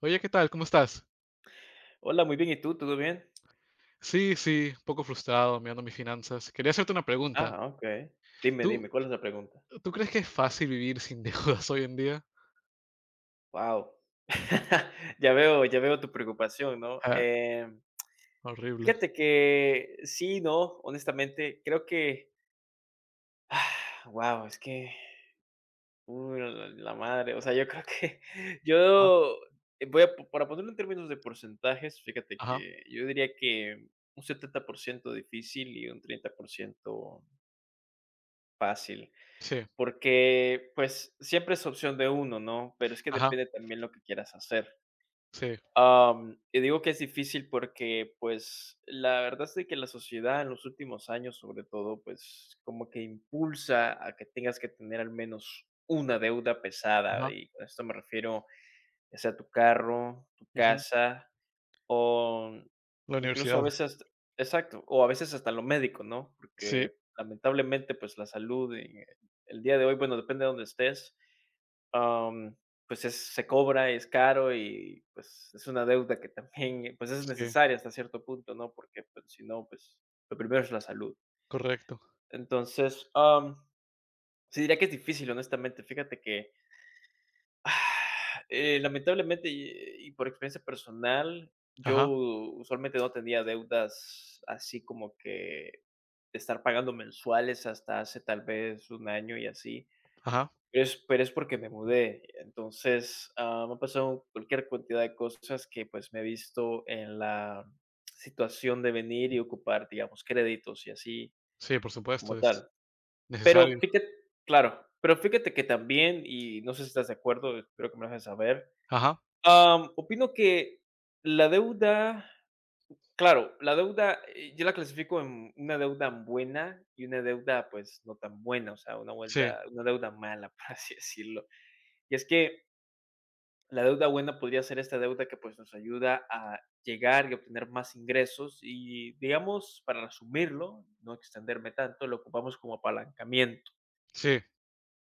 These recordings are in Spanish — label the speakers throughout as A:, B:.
A: Oye, ¿qué tal? ¿Cómo estás?
B: Hola, muy bien. ¿Y tú? ¿Todo bien?
A: Sí, sí, un poco frustrado mirando mis finanzas. Quería hacerte una pregunta.
B: Ah, okey. Dime,
A: ¿Tú,
B: dime, ¿cuál es la pregunta?
A: tú crees que es fácil vivir sin deudas hoy en día?
B: Wow. Ya veo tu preocupación, ¿no?
A: Ah, horrible.
B: Fíjate que sí no, honestamente, creo que wow, es que, uy, la madre, o sea, yo creo que
A: Ajá,
B: yo para ponerlo en términos de porcentajes, fíjate
A: ajá,
B: que yo diría que un 70% difícil y un 30% fácil.
A: sí,
B: Porque, pues, siempre es opción de uno, ¿no? Pero es que
A: ajá,
B: depende también lo que quieras hacer.
A: sí,
B: Y digo que es difícil porque, pues, la verdad es de que la sociedad en los últimos años, sobre todo, pues, como que impulsa a que tengas que tener al menos una deuda pesada,
A: ajá,
B: y con esto me refiero, ya sea tu carro, tu
A: ujú.
B: casa, o
A: La
B: incluso a
A: universidad.
B: veces exacto, o a veces hasta lo médico, ¿no?
A: Sí,
B: Porque lamentablemente, pues, la salud en el día de hoy, bueno, depende de donde estés, am, pues, es se cobra, es caro y, pues, es una deuda que también, pues, es
A: sí,
B: necesaria hasta cierto punto, ¿no? Porque, pues, si no, pues, lo primero es la salud.
A: correcto.
B: Entonces, sí diría que es difícil, honestamente. Fíjate que lamentablemente, y por experiencia personal, yo
A: Ajá,
B: usualmente no tenía deudas así como que de estar pagando mensuales hasta hace tal vez un año y así.
A: ajá,
B: Pero es porque me mudé. Entonces, me ha pasado cualquier cantidad de cosas que pues me he visto en la situación de venir y ocupar, digamos, créditos y así
A: sí, por supuesto,
B: como
A: es
B: tal.
A: necesario.
B: Pero fíjate, claro, pero fíjate que también, y no sé si estás de acuerdo, espero que me lo dejes saber.
A: Ajá,
B: Opino que la deuda, claro, la deuda, yo la clasifico en una deuda buena y una deuda, pues, no tan buena, o sea,
A: sí,
B: una deuda mala, por así decirlo. Y es que la deuda buena podría ser esta deuda que, pues, nos ayuda a llegar y obtener más ingresos y, digamos, para resumirlo, no extenderme tanto, lo ocupamos como apalancamiento.
A: sí,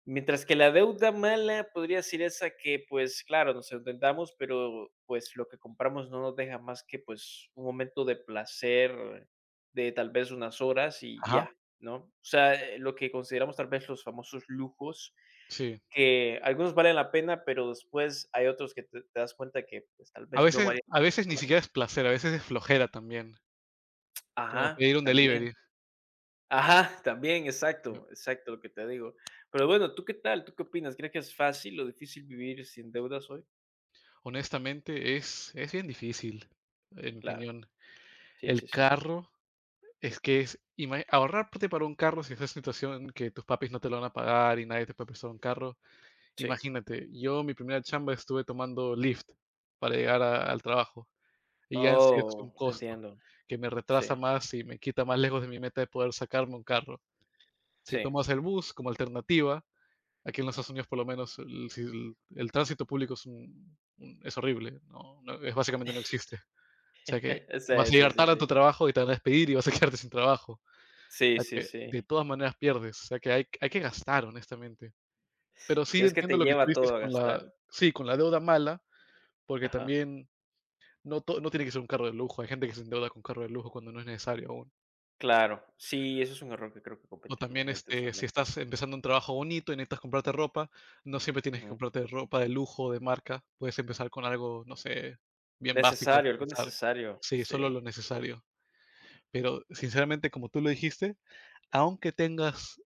B: Mientras que la deuda mala podría ser esa que, pues, claro, nos endeudamos, pero, pues, lo que compramos no nos deja más que, pues, un momento de placer de tal vez unas horas y
A: ajá,
B: ya, ¿no? O sea, lo que consideramos tal vez los famosos lujos,
A: sí.
B: que algunos valen la pena, pero después hay otros que te das cuenta que, pues, tal vez no valían.
A: A veces ni siquiera es placer, a veces es flojera también, como
B: Ajá,
A: pedir un
B: también.
A: delivery.
B: Ajá, también, exacto, exacto lo que te digo. Pero bueno, ¿tú qué tal? ¿Tú qué opinas? ¿Crees que es fácil o difícil vivir sin deudas hoy?
A: Honestamente, es bien difícil, en mi
B: Claro,
A: opinión.
B: sí,
A: El
B: sí, sí,
A: carro es que es ahorrarte para un carro si es una situación que tus papis no te lo van a pagar y nadie te puede prestar un carro.
B: sí.
A: Imagínate, yo mi primera chamba estuve tomando Lyft para llegar al trabajo y ya en sí es un
B: Oh, te
A: costo
B: entiendo.
A: que me retrasa
B: Sí,
A: más y me quita más lejos de mi meta de poder sacarme un carro. Si
B: sí.
A: tomas el bus como alternativa, aquí en los Estados Unidos por lo menos si el tránsito público es, es horrible, no, es básicamente no existe. O sea que vas a llegar tarde a tu trabajo y te van a despedir y vas a quedarte sin trabajo.
B: Sí,
A: O sea
B: sí, sí, sí. Sí, sí,
A: que de
B: sí.
A: todas maneras pierdes. O sea que hay que gastar, honestamente. Pero sí
B: ¿Crees que
A: entiendo
B: te
A: lo que tú
B: lleva
A: dices
B: todo a
A: con la
B: gastar?
A: sí, con la deuda mala, porque
B: Ajá.
A: también no tiene que ser un carro de lujo. Hay gente que se endeuda con carro de lujo cuando no es necesario aún.
B: Claro, sí, eso es un error que creo que
A: O
B: comete la
A: también,
B: gente
A: este, si
B: usualmente.
A: estás empezando un trabajo bonito y necesitas comprarte ropa, no siempre tienes que
B: Ujú.
A: comprarte ropa de lujo, de marca. Puedes empezar con algo, no sé, bien básico al
B: Necesario, algo
A: comenzar.
B: necesario,
A: Sí,
B: sí.
A: solo lo necesario. Pero sinceramente, como tú lo dijiste, aunque tengas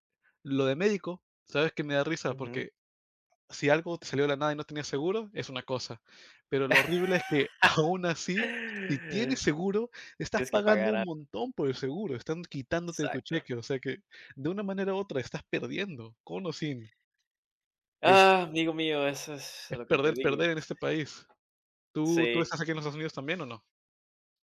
A: lo de médico, sabes que me da risa
B: Ujú.
A: porque si algo te salió de la nada y no tenías seguro, es una cosa. Pero lo horrible es que aún así, si tienes seguro, estás
B: Tienes que
A: pagando
B: pagar
A: un
B: algo.
A: montón por el seguro, están quitándote de tu
B: Exacto.
A: cheque, o sea que de una manera u otra estás perdiendo, con o sin. Es,
B: Ah, amigo mío, eso es
A: es
B: lo que te
A: perder,
B: digo.
A: perder en este país. ¿Tú
B: Sí,
A: estás aquí en los Estados Unidos también o no?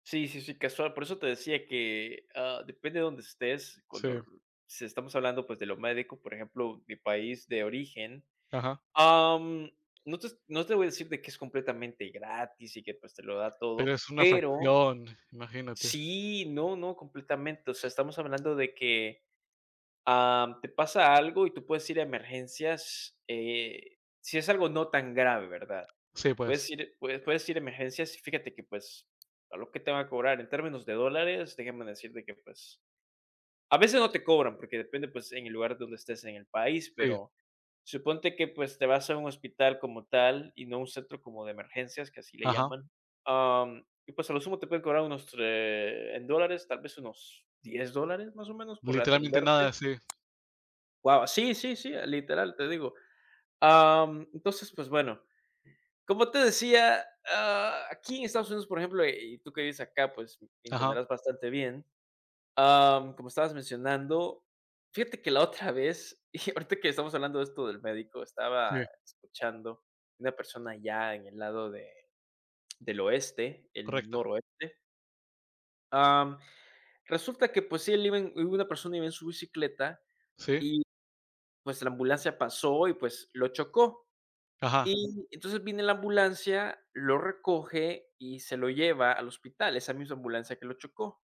B: sí, sí, sí, casual. Por eso te decía que depende de donde estés.
A: Sí,
B: Si estamos hablando pues de lo médico, por ejemplo, mi país de origen,
A: ajá.
B: am, no te voy a decir de que es completamente gratis y que pues te lo da
A: Pero
B: todo,
A: es una
B: pero
A: fracción, imagínate.
B: sí, no, no, completamente. O sea, estamos hablando de que te pasa algo y tú puedes ir a emergencias, si es algo no tan grave, ¿verdad?
A: Sí, pues,
B: Puedes ir, puedes ir a emergencias y fíjate que pues a lo que te van a cobrar en términos de dólares, déjame decirte que pues a veces no te cobran porque depende pues en el lugar donde estés en el país,
A: sí,
B: pero suponte que pues te vas a un hospital como tal y no un centro como de emergencias que así le
A: ajá.
B: llaman. Y pues a lo sumo te pueden cobrar en dólares, tal vez unos $10 más o menos por
A: Literalmente nada,
B: atenderte.
A: sí,
B: Guau, sí, sí, sí, literal, te digo. Entonces, pues bueno, como te decía, aquí en Estados Unidos, por ejemplo, y tú que vives acá, pues
A: ajá,
B: entenderás bastante bien. Como estabas mencionando, fíjate que la otra vez, y ahorita que estamos hablando de esto del médico, estaba
A: sí.
B: escuchando una persona allá en el lado del oeste, el
A: Correcto,
B: noroeste. Am, Resulta que pues sí, una persona iba en su bicicleta
A: sí,
B: y pues la ambulancia pasó y pues lo chocó.
A: ajá,
B: Y entonces viene la ambulancia, lo recoge y se lo lleva al hospital, esa misma ambulancia que lo chocó.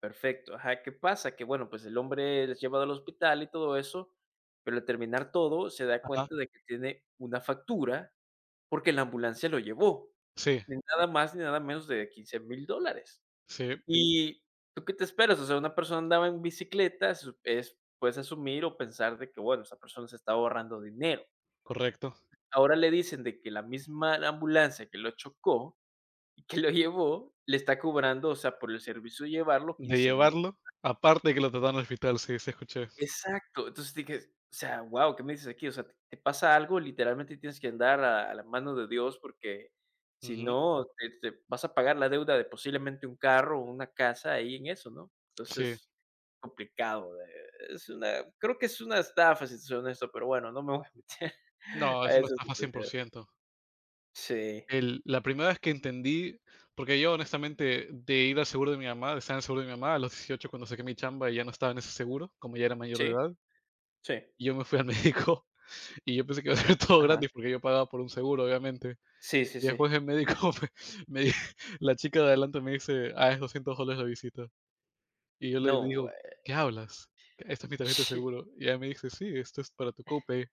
B: Perfecto, ajá, ¿qué pasa? Que bueno, pues el hombre es llevado al hospital y todo eso, pero al terminar todo se da
A: ajá,
B: cuenta de que tiene una factura porque la ambulancia lo llevó,
A: sí,
B: ni nada más ni nada menos de $15,000.
A: sí,
B: ¿Y tú qué te esperas? O sea, una persona andaba en bicicleta, se sup es puedes asumir o pensar de que, bueno, esa persona se está ahorrando dinero.
A: correcto.
B: Ahora le dicen de que la misma ambulancia que lo chocó y que lo llevó, le está cobrando, o sea, por el servicio de llevarlo
A: De
B: 15,000.
A: llevarlo, aparte de que lo trataron en el hospital, sí, sí escuché.
B: Exacto. Entonces dije, o sea, wow, ¿qué me dices aquí? O sea, te te pasa algo, literalmente tienes que andar a la mano de Dios porque si
A: Ujú,
B: no, te vas a pagar la deuda de posiblemente un carro o una casa ahí en eso, ¿no?
A: sí.
B: Entonces, complicado, es una creo que es una estafa, si te soy honesto, pero bueno, no me voy a meter
A: No, es
B: a
A: una
B: esa
A: estafa cien por
B: situación.
A: ciento,
B: Sí,
A: El la primera vez que entendí porque yo, honestamente, de ir al seguro de mi mamá, de estar en el seguro de mi mamá, a los 18 cuando saqué mi chamba, y ya no estaba en ese seguro, como ya era mayor de
B: sí,
A: edad,
B: sí.
A: yo me fui al médico y yo pensé que iba a ser todo
B: Ajá.
A: gratis porque yo pagaba por un seguro, obviamente.
B: Sí, sí,
A: Y
B: sí.
A: después el médico me me di la chica de adelante me dice: "Ah, es $200 la visita". Y yo le
B: No, güey.
A: digo: "¿Qué hablas? Esta es mi tarjeta de seguro". Y ella me dice: "Sí, esto es para tu copay".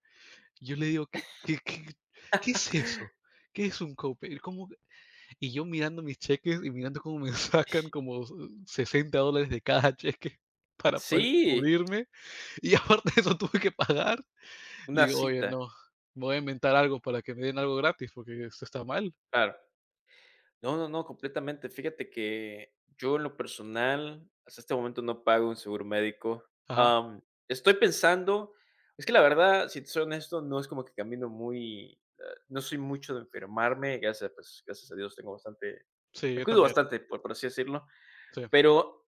A: Y yo le digo: "¿Qué es eso? ¿Qué es un copay? ¿Cómo?". Y yo mirando mis cheques y mirando cómo me sacan como $60 dólares de cada cheque para poder
B: Sí,
A: cubrirme, y aparte de eso tuve que pagar. Le
B: una
A: digo: "Oye,
B: cita,
A: no, me voy a inventar algo para que me den algo gratis, porque esto está mal".
B: claro. No, no, no, completamente. Fíjate que yo en lo personal, hasta este momento no pago un seguro médico.
A: Ajá.
B: Am, Estoy pensando, es que la verdad, si te soy honesto, no es como que camino muy, no soy mucho de enfermarme, gracias, pues, gracias a Dios tengo bastante,
A: Sí,
B: me
A: yo
B: cuido
A: también.
B: bastante, por así decirlo,
A: Sí.
B: pero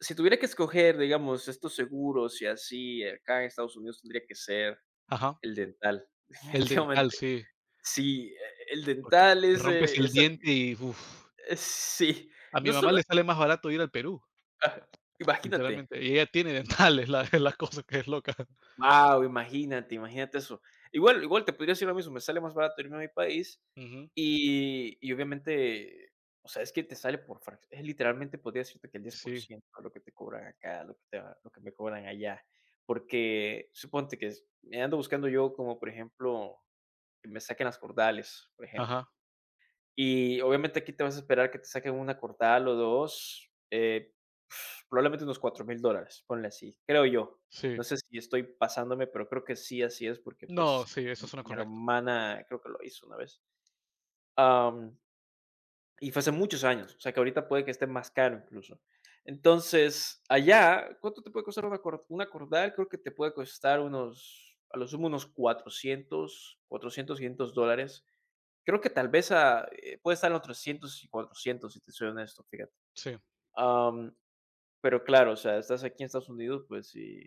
B: si tuviera que escoger, digamos, estos seguros y así, acá en Estados Unidos tendría que ser
A: Ajá.
B: el dental,
A: El dental,
B: definitivamente.
A: sí,
B: Sí, e el
A: porque
B: dental
A: rompes el
B: es al
A: diente y uf.
B: sí,
A: A mi
B: no
A: mamá
B: solo
A: le sale más barato ir al Perú,
B: ajá, imagínate,
A: sinceramente, y ella tiene dentales, la la cosa que es loca.
B: wow, imagínate, imagínate eso. Igual igual te podría decir lo mismo, me sale más barato irme a mi país
A: Ujú.
B: y obviamente, o sea, es que te sale por frac es literalmente podría decirte que el
A: Sí,
B: 10% de lo que te cobran acá, lo que te lo que me cobran allá, porque suponte que s me ando buscando yo como, por ejemplo, que me saquen las cordales, por ejemplo.
A: ajá,
B: Y obviamente aquí te vas a esperar que te saquen una cortada o dos, probablemente unos $4,000, ponle así, creo yo.
A: sí.
B: No sé si estoy pasándome, pero creo que sí, así es, porque
A: No,
B: pues
A: sí, eso suena
B: mi
A: correcto.
B: hermana creo que lo hizo una vez. Am, y fue hace muchos años, o sea que ahorita puede que esté más caro incluso. Entonces, allá, ¿cuánto te puede costar una cordal? Creo que te puede costar unos, a lo sumo, unos cuatrocientos $500. Creo que tal vez puede estar en los 300 y 400 si te soy honesto, fíjate.
A: Sí,
B: Am, pero claro, o sea, estás aquí en Estados Unidos, pues sí.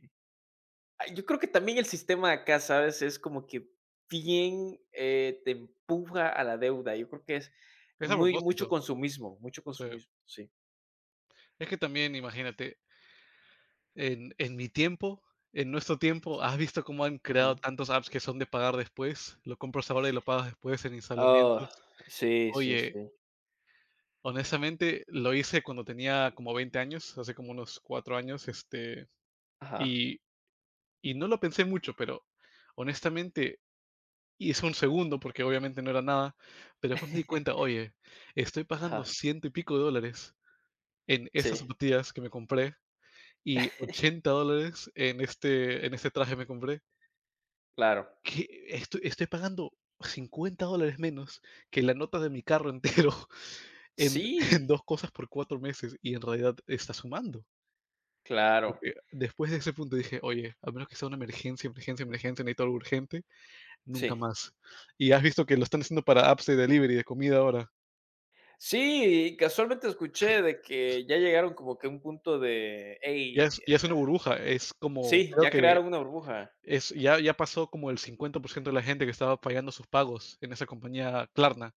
B: Ah, yo creo que también el sistema de acá, ¿sabes? Es como que bien te empuja a la deuda. Yo creo que es
A: es a
B: muy,
A: propósito,
B: mucho
A: sí.
B: consumismo, sí.
A: Es que también imagínate, en mi tiempo, en nuestro tiempo, ¿has visto cómo han creado
B: Ujú.
A: tantos apps que son de pagar después? Lo compras ahora y lo pagas después en instalamientos.
B: Ah, sí, sí,
A: Oye,
B: sí.
A: honestamente, lo hice cuando tenía como 20 años, hace como unos 4 años,
B: Ajá.
A: y Y no lo pensé mucho, pero honestamente hice un segundo porque obviamente no era nada, pero después me di cuenta, oye, estoy pagando
B: Ajá,
A: ciento y pico de dólares en estas
B: sí,
A: zapatillas que me compré y $80 en este, traje me compré.
B: claro.
A: Que estoy pagando $50 menos que la nota de mi carro entero en,
B: Sí,
A: en dos cosas por 4 meses y en realidad está sumando.
B: claro,
A: Porque después de ese punto dije, oye, a menos que sea una emergencia, emergencia, emergencia, necesito algo urgente. Nunca
B: sí.
A: más. Y has visto que lo están haciendo para apps de delivery, de comida ahora.
B: Sí, casualmente escuché de que ya llegaron como que a un punto de,
A: Ya
B: hey,
A: es ya es una burbuja, es como
B: sí,
A: creo
B: ya
A: que
B: crearon una burbuja.
A: es ya ya pasó como el 50% de la gente que estaba pagando sus pagos en esa compañía Klarna.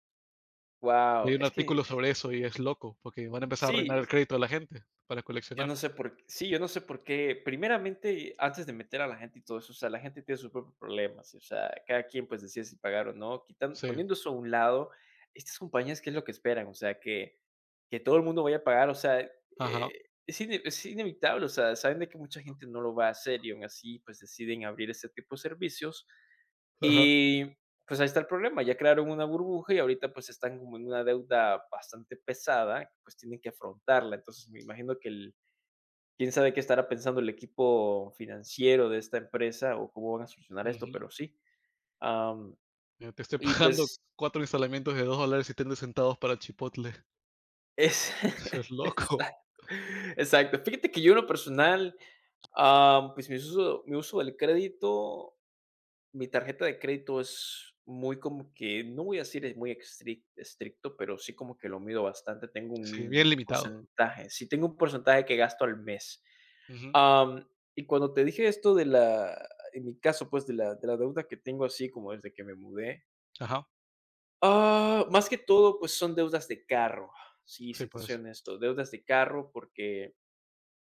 A: Leí
B: Wow,
A: un
B: es que
A: artículo sobre eso y es loco, porque van a empezar a arruinar
B: sí,
A: el crédito de la gente para
B: yo no
A: coleccionar.
B: sé por qué, sí, yo no sé por qué, primeramente, antes de meter a la gente y todo eso, o sea, la gente tiene sus propios problemas, y, o sea, cada quien pues decide si pagar o no, quitando,
A: Sí.
B: poniendo eso a un lado, estas compañías, ¿qué es lo que esperan? O sea, que todo el mundo vaya a pagar, o sea,
A: Ajá,
B: es inevitable, o sea, saben de que mucha gente no lo va a hacer y aún así pues deciden abrir ese tipo de servicios.
A: ajá.
B: Y, pues, ahí está el problema, ya crearon una burbuja y ahorita, pues, están como en una deuda bastante pesada, pues, tienen que afrontarla. Entonces, me imagino que el quién sabe qué estará pensando el equipo financiero de esta empresa o cómo van a solucionar esto,
A: Ujú.
B: pero sí. Am,
A: Mira, te estoy
B: y
A: pagando
B: pues
A: 4 instalamientos de $2.30 para Chipotle.
B: es
A: Eso es loco.
B: exacto, exacto. Fíjate que yo en lo personal, pues, mi uso del crédito, mi tarjeta de crédito es muy como que, no voy a decir es muy estricto, pero sí como que lo mido bastante. Tengo
A: Sí, bien
B: un
A: limitado.
B: porcentaje, sí tengo un porcentaje que gasto al mes.
A: Ujú.
B: Am, y cuando te dije esto de la, en mi caso, pues de la deuda que tengo así como desde que me mudé,
A: Ajá.
B: más que todo, pues son deudas de carro. Sí,
A: Sí,
B: si te
A: por
B: soy
A: eso.
B: honesto, deudas de carro porque,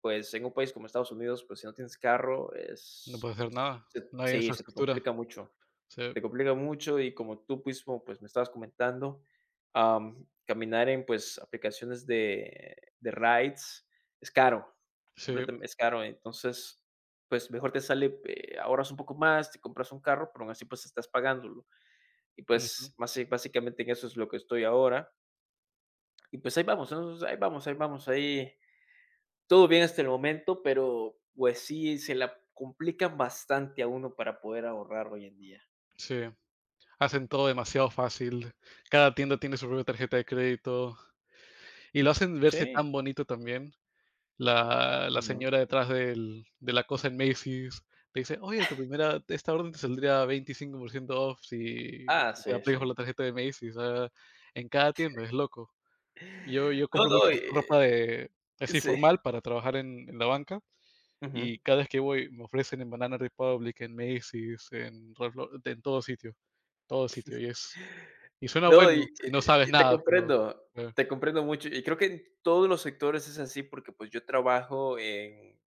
B: pues en un país como Estados Unidos, pues si no tienes carro,
A: No puede hacer nada. No hay
B: sí, se te
A: infraestructura.
B: complica mucho,
A: Sí,
B: se complica mucho y como tú mismo, pues, me estabas comentando, caminar en, pues, aplicaciones de rides es caro,
A: sí,
B: completamente es caro. Entonces, pues, mejor te sale, ahorras un poco más, te compras un carro, pero aún así, pues, estás pagándolo. Y,
A: ujú,
B: pues, más sí, básicamente en eso es lo que estoy ahora. Y, pues, ahí vamos, ¿no? Ahí vamos, ahí vamos, ahí todo bien hasta el momento, pero, pues, sí se la complican bastante a uno para poder ahorrar hoy en día.
A: sí. Hacen todo demasiado fácil. Cada tienda tiene su propia tarjeta de crédito y lo hacen verse
B: Sí.
A: tan bonito también. La
B: Ujú.
A: señora detrás de la cosa en Macy's te dice, oye, esta orden te saldría 25% off si
B: Ah,
A: te
B: sí,
A: aplicas por
B: sí.
A: la tarjeta de Macy's. En cada tienda, es loco. Yo
B: No,
A: compro
B: no,
A: mucho ropa de, así
B: sí.
A: formal para trabajar en la banca
B: Ujú.
A: y cada vez que voy me ofrecen en Banana Republic, en Macy's, en todo sitio. Todo sitio, y suena
B: No,
A: bueno si no sabes
B: y
A: nada, pero, eh,
B: te comprendo mucho, y creo que en todos los sectores es así, porque, pues, yo trabajo en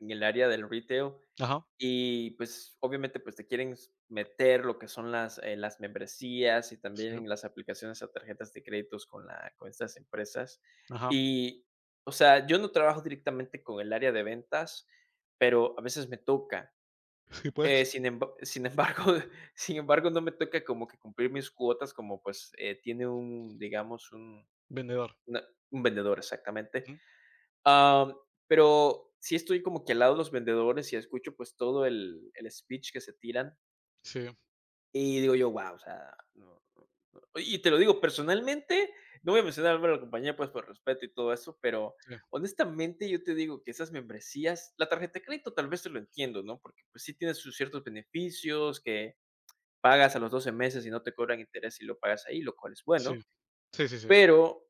B: en el área del retail
A: ajá,
B: y, pues, obviamente, pues, te quieren s meter lo que son las membresías y
A: sí,
B: también las aplicaciones a tarjetas de créditos con estas empresas.
A: ajá,
B: Y, o sea, yo no trabajo directamente con el área de ventas, pero a veces me toca.
A: sí, pues,
B: Sin embargo sin embargo, no me toca como que cumplir mis cuotas como, pues, tiene un, digamos,
A: vendedor,
B: una un vendedor, exactamente.
A: ujú,
B: Am, pero sí estoy como que al lado de los vendedores y escucho, pues, todo el speech que se tiran,
A: sí,
B: y digo yo, wow, o sea, no, no, no. Y te lo digo personalmente, no voy a mencionar el nombre de la compañía, pues, por respeto y todo eso, pero
A: sí,
B: honestamente yo te digo que esas membresías la tarjeta de crédito tal vez te lo entiendo, ¿no? Porque, pues, sí tiene sus ciertos beneficios que pagas a los 12 meses y no te cobran interés y lo pagas ahí, lo cual es
A: sí,
B: bueno.
A: sí, sí, sí.
B: Pero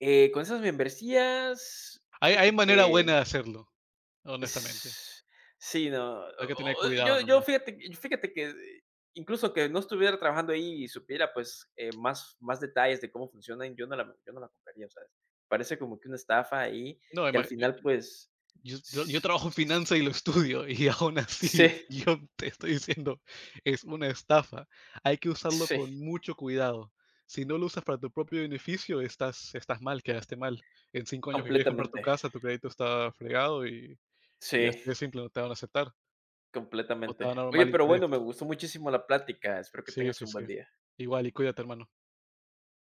B: con esas membresías,
A: Hay
B: fíjate
A: manera
B: que
A: buena de hacerlo, honestamente,
B: es- sí, no.
A: hay que tener cuidado
B: Yo,
A: nomás.
B: fíjate que incluso que no estuviera trabajando ahí y supiera pues más, más detalles de cómo funcionan, yo no la, yo no la compraría, ¿sabes? Parece como que una estafa ahí
A: No,
B: que
A: ima
B: al final pues
A: yo
B: s-
A: trabajo en
B: s-
A: finanzas y lo estudio y aún así
B: sí,
A: yo te estoy diciendo, es una estafa. Hay que usarlo
B: sí,
A: con mucho cuidado. Si no lo usas para tu propio beneficio, estás mal, quedaste mal. En 5 años que quieres comprar tu
B: completamente.
A: casa, tu crédito está fregado y así
B: Sí.
A: de simple, no te van a aceptar o te van a
B: Completamente.
A: dar un
B: Oye,
A: mal
B: pero
A: interés.
B: bueno, me gustó muchísimo la plática. Espero que
A: Sí,
B: tengas
A: sí,
B: un
A: sí.
B: buen día.
A: Igual y cuídate, hermano.